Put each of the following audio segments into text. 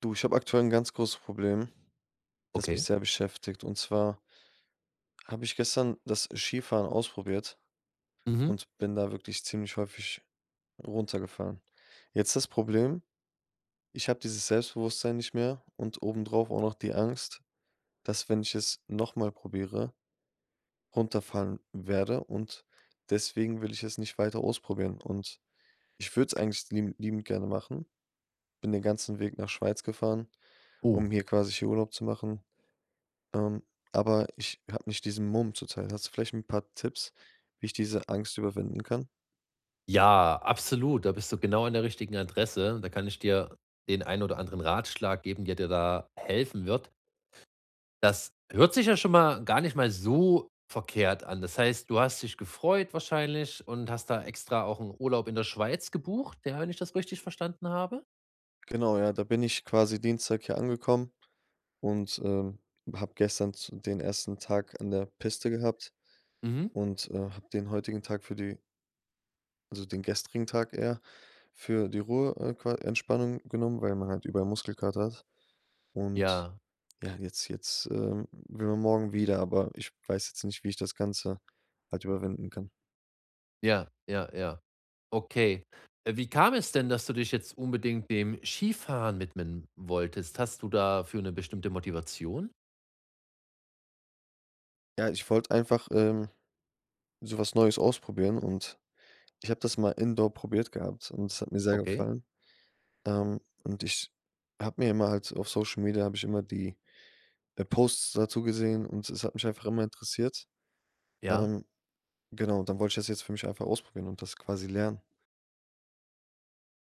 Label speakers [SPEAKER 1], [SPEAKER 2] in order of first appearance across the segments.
[SPEAKER 1] Du, ich habe aktuell ein ganz großes Problem, das mich
[SPEAKER 2] Okay.
[SPEAKER 1] sehr beschäftigt. Und zwar habe ich gestern das Skifahren ausprobiert
[SPEAKER 2] Mhm.
[SPEAKER 1] und bin da wirklich ziemlich häufig runtergefallen. Jetzt das Problem, ich habe dieses Selbstbewusstsein nicht mehr und obendrauf auch noch die Angst, dass, wenn ich es noch mal probiere, runterfallen werde, und deswegen will ich es nicht weiter ausprobieren. Und ich würde es eigentlich liebend liebend gerne machen. Bin den ganzen Weg nach Schweiz gefahren,
[SPEAKER 2] Oh.
[SPEAKER 1] um hier quasi hier Urlaub zu machen. Ähm, aber ich habe nicht diesen Mumm zurzeit. Hast du vielleicht ein paar Tipps, wie ich diese Angst überwinden kann?
[SPEAKER 2] Ja, absolut. Da bist du genau an der richtigen Adresse. Da kann ich dir den einen oder anderen Ratschlag geben, der dir da helfen wird. Das hört sich ja schon mal gar nicht mal so verkehrt an. Das heißt, du hast dich gefreut wahrscheinlich und hast da extra auch einen Urlaub in der Schweiz gebucht, ja, wenn ich das richtig verstanden habe?
[SPEAKER 1] Genau, ja, da bin ich quasi Dienstag hier angekommen und, habe gestern z den ersten Tag an der Piste gehabt
[SPEAKER 2] Mhm.
[SPEAKER 1] und, habe den heutigen Tag für die also den gestrigen Tag eher für die Ruhe, qua Entspannung genommen, weil man halt überall Muskelkater hat. Und
[SPEAKER 2] Ja,
[SPEAKER 1] ja, jetzt will man morgen wieder, aber ich weiß jetzt nicht, wie ich das Ganze halt überwinden kann.
[SPEAKER 2] ja, ja, ja. Okay. Wie kam es denn, dass du dich jetzt unbedingt dem Skifahren widmen wolltest? Hast du dafür eine bestimmte Motivation?
[SPEAKER 1] Ja, ich wollte einfach, sowas Neues ausprobieren, und ich habe das mal indoor probiert gehabt und es hat mir sehr
[SPEAKER 2] Okay.
[SPEAKER 1] gefallen. Und ich habe mir immer halt auf Social Media habe ich immer die, Posts dazu gesehen, und es hat mich einfach immer interessiert.
[SPEAKER 2] Ja.
[SPEAKER 1] Ähm, genau, und dann wollte ich das jetzt für mich einfach ausprobieren und das quasi lernen.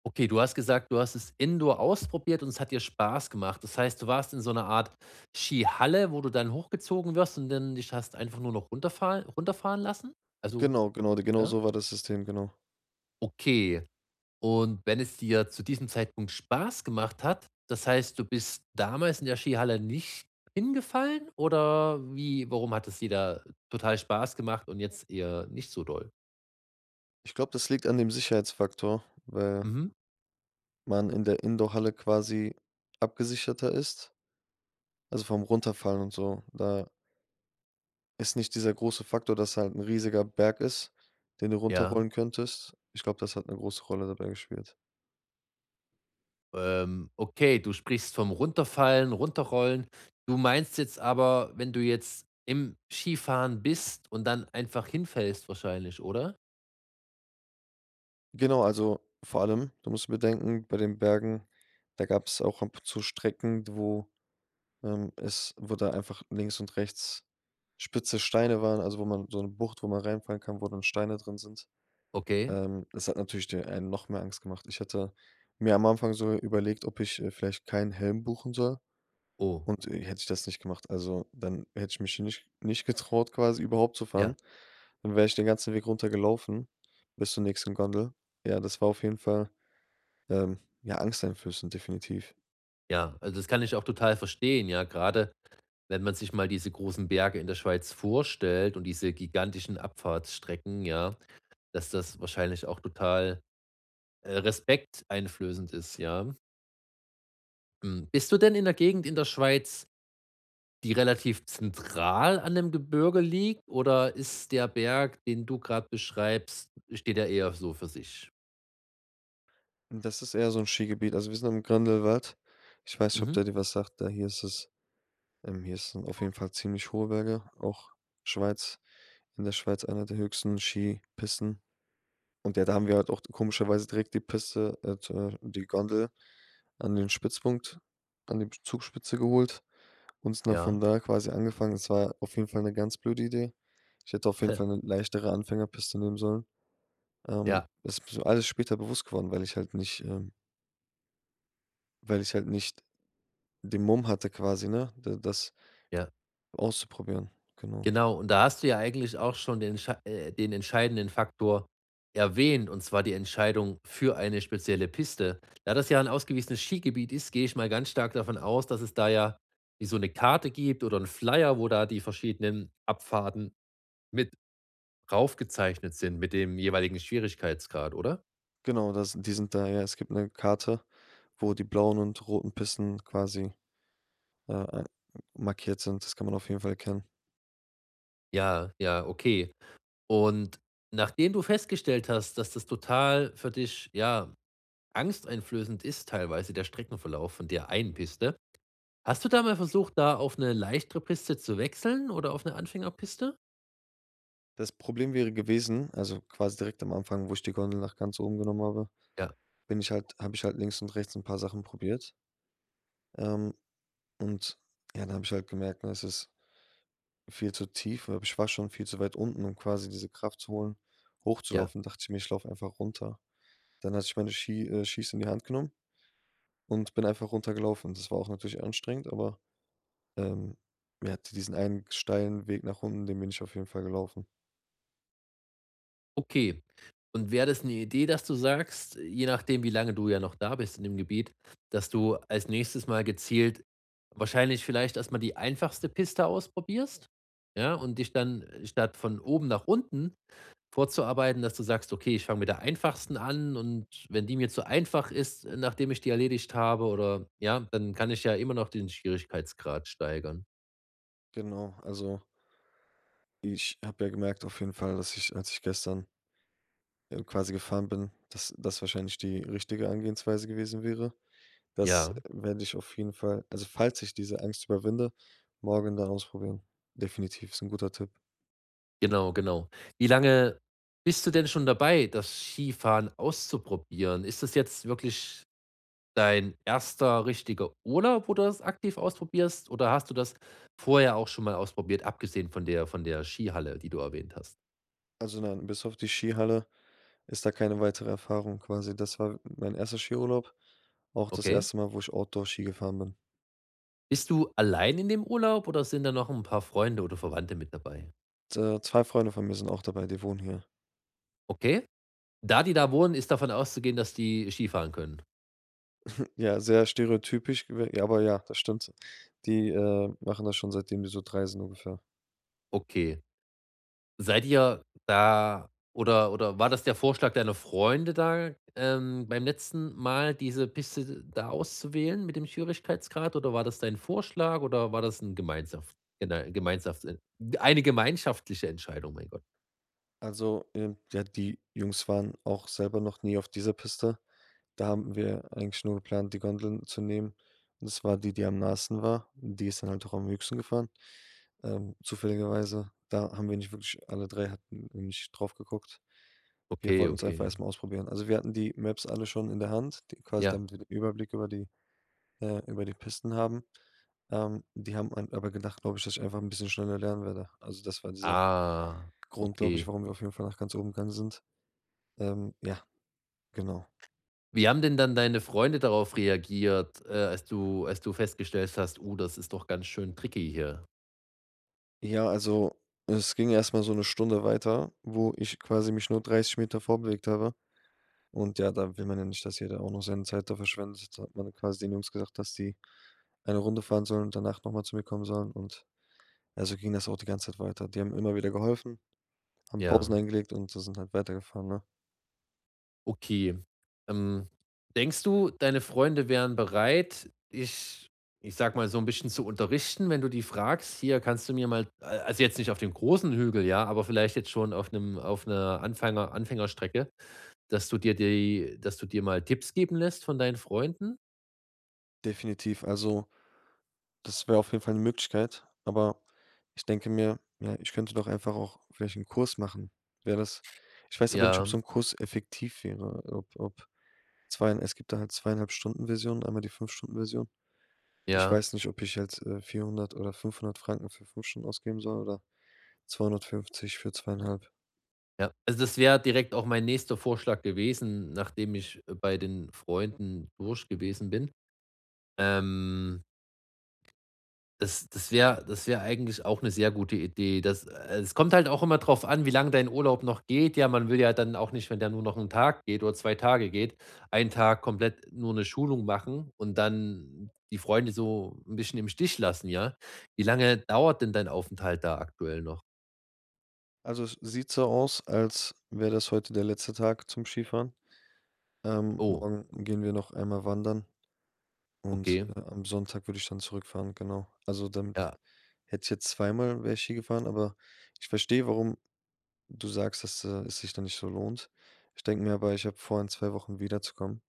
[SPEAKER 2] Okay, du hast gesagt, du hast es indoor ausprobiert und es hat dir Spaß gemacht. Das heißt, du warst in so einer Art Skihalle, wo du dann hochgezogen wirst und dann dich hast einfach nur noch runterfahren lassen? Also,
[SPEAKER 1] Genau, genau, genau
[SPEAKER 2] ja?
[SPEAKER 1] so war das System, genau.
[SPEAKER 2] Okay. Und wenn es dir zu diesem Zeitpunkt Spaß gemacht hat, das heißt, du bist damals in der Skihalle nicht hingefallen oder wie warum hat es dir da total Spaß gemacht und jetzt eher nicht so doll?
[SPEAKER 1] Ich glaube, das liegt an dem Sicherheitsfaktor, weil
[SPEAKER 2] Mhm.
[SPEAKER 1] man in der Indoor-Halle quasi abgesicherter ist, also vom Runterfallen und so. Da ist nicht dieser große Faktor, dass halt ein riesiger Berg ist, den du
[SPEAKER 2] Ja.
[SPEAKER 1] runterrollen könntest? Ich glaube, das hat eine große Rolle dabei gespielt.
[SPEAKER 2] Okay, du sprichst vom Runterfallen, Runterrollen. Du meinst jetzt aber, wenn du jetzt im Skifahren bist und dann einfach hinfällst wahrscheinlich, oder?
[SPEAKER 1] Genau, also, vor allem, du musst bedenken, bei den Bergen, da gab es auch ab und zu Strecken, wo, es wo da einfach links und rechts spitze Steine waren, also, wo man so eine Bucht, wo man reinfallen kann, wo dann Steine drin sind.
[SPEAKER 2] Okay.
[SPEAKER 1] Das hat natürlich dir einen noch mehr Angst gemacht. Ich hatte mir am Anfang so überlegt, ob ich, vielleicht keinen Helm buchen soll.
[SPEAKER 2] Oh,
[SPEAKER 1] Und, hätte ich das nicht gemacht, also, dann hätte ich mich nicht getraut, quasi überhaupt zu
[SPEAKER 2] ja.
[SPEAKER 1] fahren. Dann wäre ich den ganzen Weg runtergelaufen bis zur nächsten Gondel. Ja, das war auf jeden Fall, ja, angsteinflößend, definitiv.
[SPEAKER 2] Ja, also das kann ich auch total verstehen, ja. Gerade wenn man sich mal diese großen Berge in der Schweiz vorstellt und diese gigantischen Abfahrtsstrecken, ja, dass das wahrscheinlich auch total, respekteinflößend ist, ja. Hm, bist du denn in der Gegend in der Schweiz, die relativ zentral an dem Gebirge liegt, oder ist der Berg, den du gerade beschreibst, steht er eher so für sich?
[SPEAKER 1] Und das ist eher so ein Skigebiet. Also, wir sind am Grindelwald. Ich weiß nicht, ob
[SPEAKER 2] Mhm.
[SPEAKER 1] der dir was sagt. Da hier ist es hier sind auf jeden Fall ziemlich hohe Berge, auch Schweiz in der Schweiz einer der höchsten Skipisten. Und ja, da haben wir halt auch komischerweise direkt die Piste, t die Gondel an den Spitzpunkt an die Zugspitze geholt und sind dann von
[SPEAKER 2] Ja.
[SPEAKER 1] da quasi angefangen. Es war auf jeden Fall eine ganz blöde Idee. Ich hätte auf jeden Fall eine leichtere Anfängerpiste nehmen sollen.
[SPEAKER 2] Ja,
[SPEAKER 1] Das ist mir so alles später bewusst geworden, weil ich halt nicht den Mumm hatte quasi, ne, da das
[SPEAKER 2] ja.
[SPEAKER 1] auszuprobieren. Genau.
[SPEAKER 2] Genau, und da hast du ja eigentlich auch schon den scha den entscheidenden Faktor erwähnt, und zwar die Entscheidung für eine spezielle Piste. Da das ja ein ausgewiesenes Skigebiet ist, gehe ich mal ganz stark davon aus, dass es da ja wie so eine Karte gibt oder 'n Flyer, wo da die verschiedenen Abfahrten mit raufgezeichnet sind mit dem jeweiligen Schwierigkeitsgrad, oder?
[SPEAKER 1] Genau, das die sind da ja, es gibt eine Karte, wo die blauen und roten Pisten quasi, äh, markiert sind. Das kann man auf jeden Fall erkennen.
[SPEAKER 2] Ja, ja, okay. Und nachdem du festgestellt hast, dass das total für dich, ja, angsteinflößend ist teilweise der Streckenverlauf von der einen Piste, hast du da mal versucht, da auf eine leichtere Piste zu wechseln oder auf eine Anfängerpiste?
[SPEAKER 1] Das Problem wäre gewesen, also quasi direkt am Anfang, wo ich die Gondel nach ganz oben genommen habe,
[SPEAKER 2] Ja,
[SPEAKER 1] bin ich halt habe ich halt links und rechts ein paar Sachen probiert. Ähm, und ja, dann habe ich halt gemerkt, ne, es ist viel zu tief, aber ich war schon viel zu weit unten, um quasi diese Kraft zu holen,
[SPEAKER 2] ja,
[SPEAKER 1] hochzulaufen. Dachte ich mir, ich laufe einfach runter. Dann hatte ich meine Skis in die Hand genommen und bin einfach runtergelaufen. Das war auch natürlich anstrengend, aber, ähm, ja, diesen einen steilen Weg nach unten, den bin ich auf jeden Fall gelaufen.
[SPEAKER 2] okay. Und wäre das eine Idee, dass du sagst, je nachdem, wie lange du ja noch da bist in dem Gebiet, dass du als nächstes Mal gezielt wahrscheinlich vielleicht erst mal die einfachste Piste ausprobierst, ja, und dich dann statt von oben nach unten vorzuarbeiten, dass du sagst: „Okay, ich fange mit der einfachsten an und wenn die mir zu einfach ist, nachdem ich die erledigt habe oder ja, dann kann ich ja immer noch den Schwierigkeitsgrad steigern.“
[SPEAKER 1] Genau, ich habe ja gemerkt auf jeden Fall, dass ich, als ich gestern, quasi gefahren bin, dass das wahrscheinlich die richtige Angehensweise gewesen wäre. Das
[SPEAKER 2] Ja,
[SPEAKER 1] äh, werde ich auf jeden Fall, also, falls ich diese Angst überwinde, morgen dann ausprobieren. Definitiv, ist ein guter Tipp.
[SPEAKER 2] genau, genau. Wie lange bist du denn schon dabei, das Skifahren auszuprobieren? Ist das jetzt wirklich dein erster richtiger Urlaub, wo du das aktiv ausprobierst, oder hast du das vorher auch schon mal ausprobiert, abgesehen von der Skihalle, die du erwähnt hast?
[SPEAKER 1] Also, nein, bis auf die Skihalle ist da keine weitere Erfahrung quasi. Das war mein erster Skiurlaub, auch das
[SPEAKER 2] Okay.
[SPEAKER 1] erste Mal, wo ich Outdoor-Ski gefahren bin.
[SPEAKER 2] Bist du allein in dem Urlaub oder sind da noch ein paar Freunde oder Verwandte mit dabei?
[SPEAKER 1] Z 2 Freunde von mir sind auch dabei, die wohnen hier.
[SPEAKER 2] Okay. Da die da wohnen, ist davon auszugehen, dass die Skifahren können.
[SPEAKER 1] Ja, sehr stereotypisch, gew ja, aber ja, das stimmt. Die, machen das schon, seitdem die so 3 sind ungefähr.
[SPEAKER 2] Okay. Seid ihr da oder war das der Vorschlag deiner Freunde da, beim letzten Mal diese Piste da auszuwählen mit dem Schwierigkeitsgrad, oder war das dein Vorschlag, oder war das 'n Gemeinschaft gene Gemeinschafts eine gemeinschaftliche Entscheidung, mein Gott.
[SPEAKER 1] Also, ja, die Jungs waren auch selber noch nie auf dieser Piste. Da haben wir eigentlich nur geplant, die Gondeln zu nehmen. Und das war die, die am nahesten war. Die ist dann halt auch am höchsten gefahren. Zufälligerweise, da haben wir nicht wirklich alle drei hatten nicht drauf geguckt. Wir
[SPEAKER 2] Okay,
[SPEAKER 1] wollten es einfach
[SPEAKER 2] okay.
[SPEAKER 1] erst mal ausprobieren. Also, wir hatten die Maps alle schon in der Hand, die quasi,
[SPEAKER 2] Ja.
[SPEAKER 1] damit wir den Überblick über die Pisten haben. Die haben an aber gedacht, glaube ich, dass ich einfach ein bisschen schneller lernen werde. Also, das war dieser
[SPEAKER 2] Ah,
[SPEAKER 1] Grund, glaube ich,
[SPEAKER 2] okay.
[SPEAKER 1] warum wir auf jeden Fall nach ganz oben gegangen sind. Ähm, ja, genau.
[SPEAKER 2] Wie haben denn dann deine Freunde darauf reagiert, als du festgestellt hast: „Oh, das ist doch ganz schön tricky hier?“
[SPEAKER 1] Ja, also es ging erst mal so eine Stunde weiter, wo ich quasi mich nur 30 Meter vorbewegt habe. Und ja, da will man ja nicht, dass jeder auch noch seine Zeit da verschwendet. Da hat man quasi den Jungs gesagt, dass die eine Runde fahren sollen und danach noch mal zu mir kommen sollen. Und also ging das auch die ganze Zeit weiter. Die haben immer wieder geholfen, haben Pausen
[SPEAKER 2] Ja,
[SPEAKER 1] eingelegt und so, sind halt weitergefahren, ne?
[SPEAKER 2] okay. Ähm, denkst du, deine Freunde wären bereit, dich, ich sag mal, so ein bisschen zu unterrichten, wenn du die fragst: „Hier, kannst du mir mal“, a also, jetzt nicht auf dem großen Hügel, ja, aber vielleicht jetzt schon auf einem auf einer Anfängerstrecke, dass du dir mal Tipps geben lässt von deinen Freunden?
[SPEAKER 1] Definitiv. Also das wäre auf jeden Fall 'ne Möglichkeit, aber ich denke mir, ja, ich könnte doch einfach auch vielleicht 'n Kurs machen. Wäre das Ich weiß aber nicht,
[SPEAKER 2] Ja,
[SPEAKER 1] ob so 'n Kurs effektiv wäre, ob ob zwei es gibt da halt 2,5-Stunden-Version, einmal die 5-Stunden-Version. Ich
[SPEAKER 2] ja.
[SPEAKER 1] weiß nicht, ob ich jetzt, 400 oder 500 Franken für 5 Stunden ausgeben soll oder 250 für 2,5.
[SPEAKER 2] Ja, also das wäre direkt auch mein nächster Vorschlag gewesen, nachdem ich bei den Freunden durch gewesen bin. Ähm, das wäre eigentlich auch eine sehr gute Idee. Das es kommt halt auch immer drauf an, wie lange dein Urlaub noch geht. Ja, man will ja dann auch nicht, wenn der nur noch 'n Tag geht oder 2 Tage geht, einen Tag komplett nur eine Schulung machen und dann die Freunde so ein bisschen im Stich lassen, ja? Wie lange dauert denn dein Aufenthalt da aktuell noch?
[SPEAKER 1] Also, es sieht so aus, als wäre das heute der letzte Tag zum Skifahren.
[SPEAKER 2] Oh,
[SPEAKER 1] Morgen gehen wir noch einmal wandern. Und,
[SPEAKER 2] okay.
[SPEAKER 1] am Sonntag würde ich dann zurückfahren, genau. Also, damit
[SPEAKER 2] Ja.
[SPEAKER 1] hätte ich jetzt zweimal wäre ich Ski gefahren, aber ich verstehe, warum du sagst, dass, es sich dann nicht so lohnt. Ich denke mir aber, ich habe vor, in 2 Wochen wiederzukommen.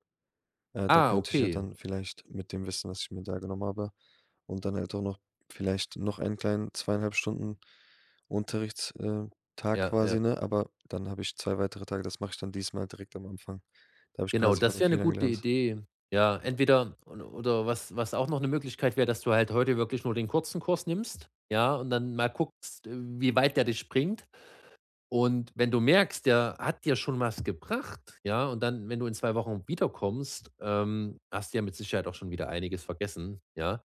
[SPEAKER 1] Da
[SPEAKER 2] Ah,
[SPEAKER 1] könnte ich ja
[SPEAKER 2] okay.
[SPEAKER 1] dann vielleicht mit dem Wissen, was ich mir da genommen habe, und dann halt auch noch vielleicht noch einen kleinen 2,5 Stunden Unterrichtstag
[SPEAKER 2] Ja,
[SPEAKER 1] quasi,
[SPEAKER 2] ja.
[SPEAKER 1] ne? Aber dann habe ich 2 weitere Tage. Das mache ich dann diesmal direkt am Anfang. Da habe ich
[SPEAKER 2] Genau,
[SPEAKER 1] quasi von
[SPEAKER 2] das
[SPEAKER 1] den
[SPEAKER 2] wäre eine
[SPEAKER 1] Fehlern
[SPEAKER 2] gute
[SPEAKER 1] gelernt.
[SPEAKER 2] Idee. Ja, entweder und oder, was auch noch eine Möglichkeit wäre, dass du halt heute wirklich nur den kurzen Kurs nimmst, ja, und dann mal guckst, wie weit der dich bringt. Und wenn du merkst, der hat dir schon was gebracht, ja, und dann, wenn du in 2 Wochen wiederkommst, hast du ja mit Sicherheit auch schon wieder einiges vergessen, ja.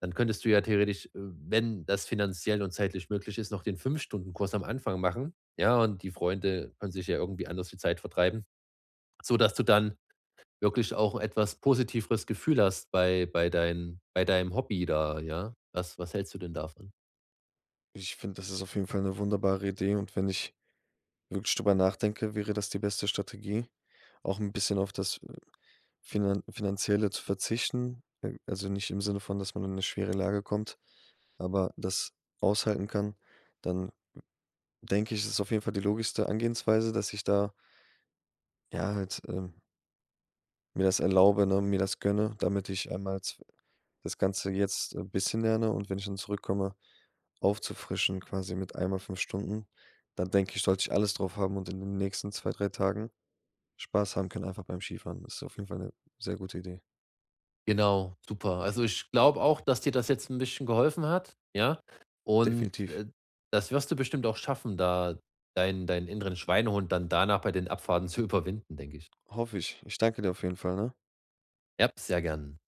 [SPEAKER 2] Dann könntest du ja theoretisch, wenn das finanziell und zeitlich möglich ist, noch den Fünf-Stunden-Kurs am Anfang machen, ja, und die Freunde können sich ja irgendwie anders die Zeit vertreiben, so dass du dann wirklich auch etwas positiveres Gefühl hast bei deinem Hobby da, ja? Was hältst du denn davon?
[SPEAKER 1] Ich finde, das ist auf jeden Fall eine wunderbare Idee, und wenn ich wirklich drüber nachdenke, wäre das die beste Strategie, auch ein bisschen auf das Finanzielle zu verzichten. Also nicht im Sinne von, dass man in eine schwere Lage kommt, aber das aushalten kann. Dann denke ich, ist es auf jeden Fall die logischste Angehensweise, dass ich da, ja, halt, mir das erlaube, ne, mir das gönne, damit ich einmal z das Ganze jetzt ein bisschen lerne, und wenn ich dann zurückkomme, aufzufrischen quasi mit einmal 5 Stunden. Dann denke ich, sollte ich alles drauf haben und in den nächsten 2 drei Tagen Spaß haben kann einfach beim Skifahren. Das ist auf jeden Fall eine sehr gute Idee.
[SPEAKER 2] Genau, super. Also, ich glaube auch, dass dir das jetzt ein bisschen geholfen hat, ja? Und,
[SPEAKER 1] Definitiv.
[SPEAKER 2] das wirst du bestimmt auch schaffen, da deinen inneren Schweinehund dann danach bei den Abfahrten zu überwinden, denke ich.
[SPEAKER 1] Hoffe ich. Ich danke dir auf jeden Fall, ne?
[SPEAKER 2] Ja, sehr gern.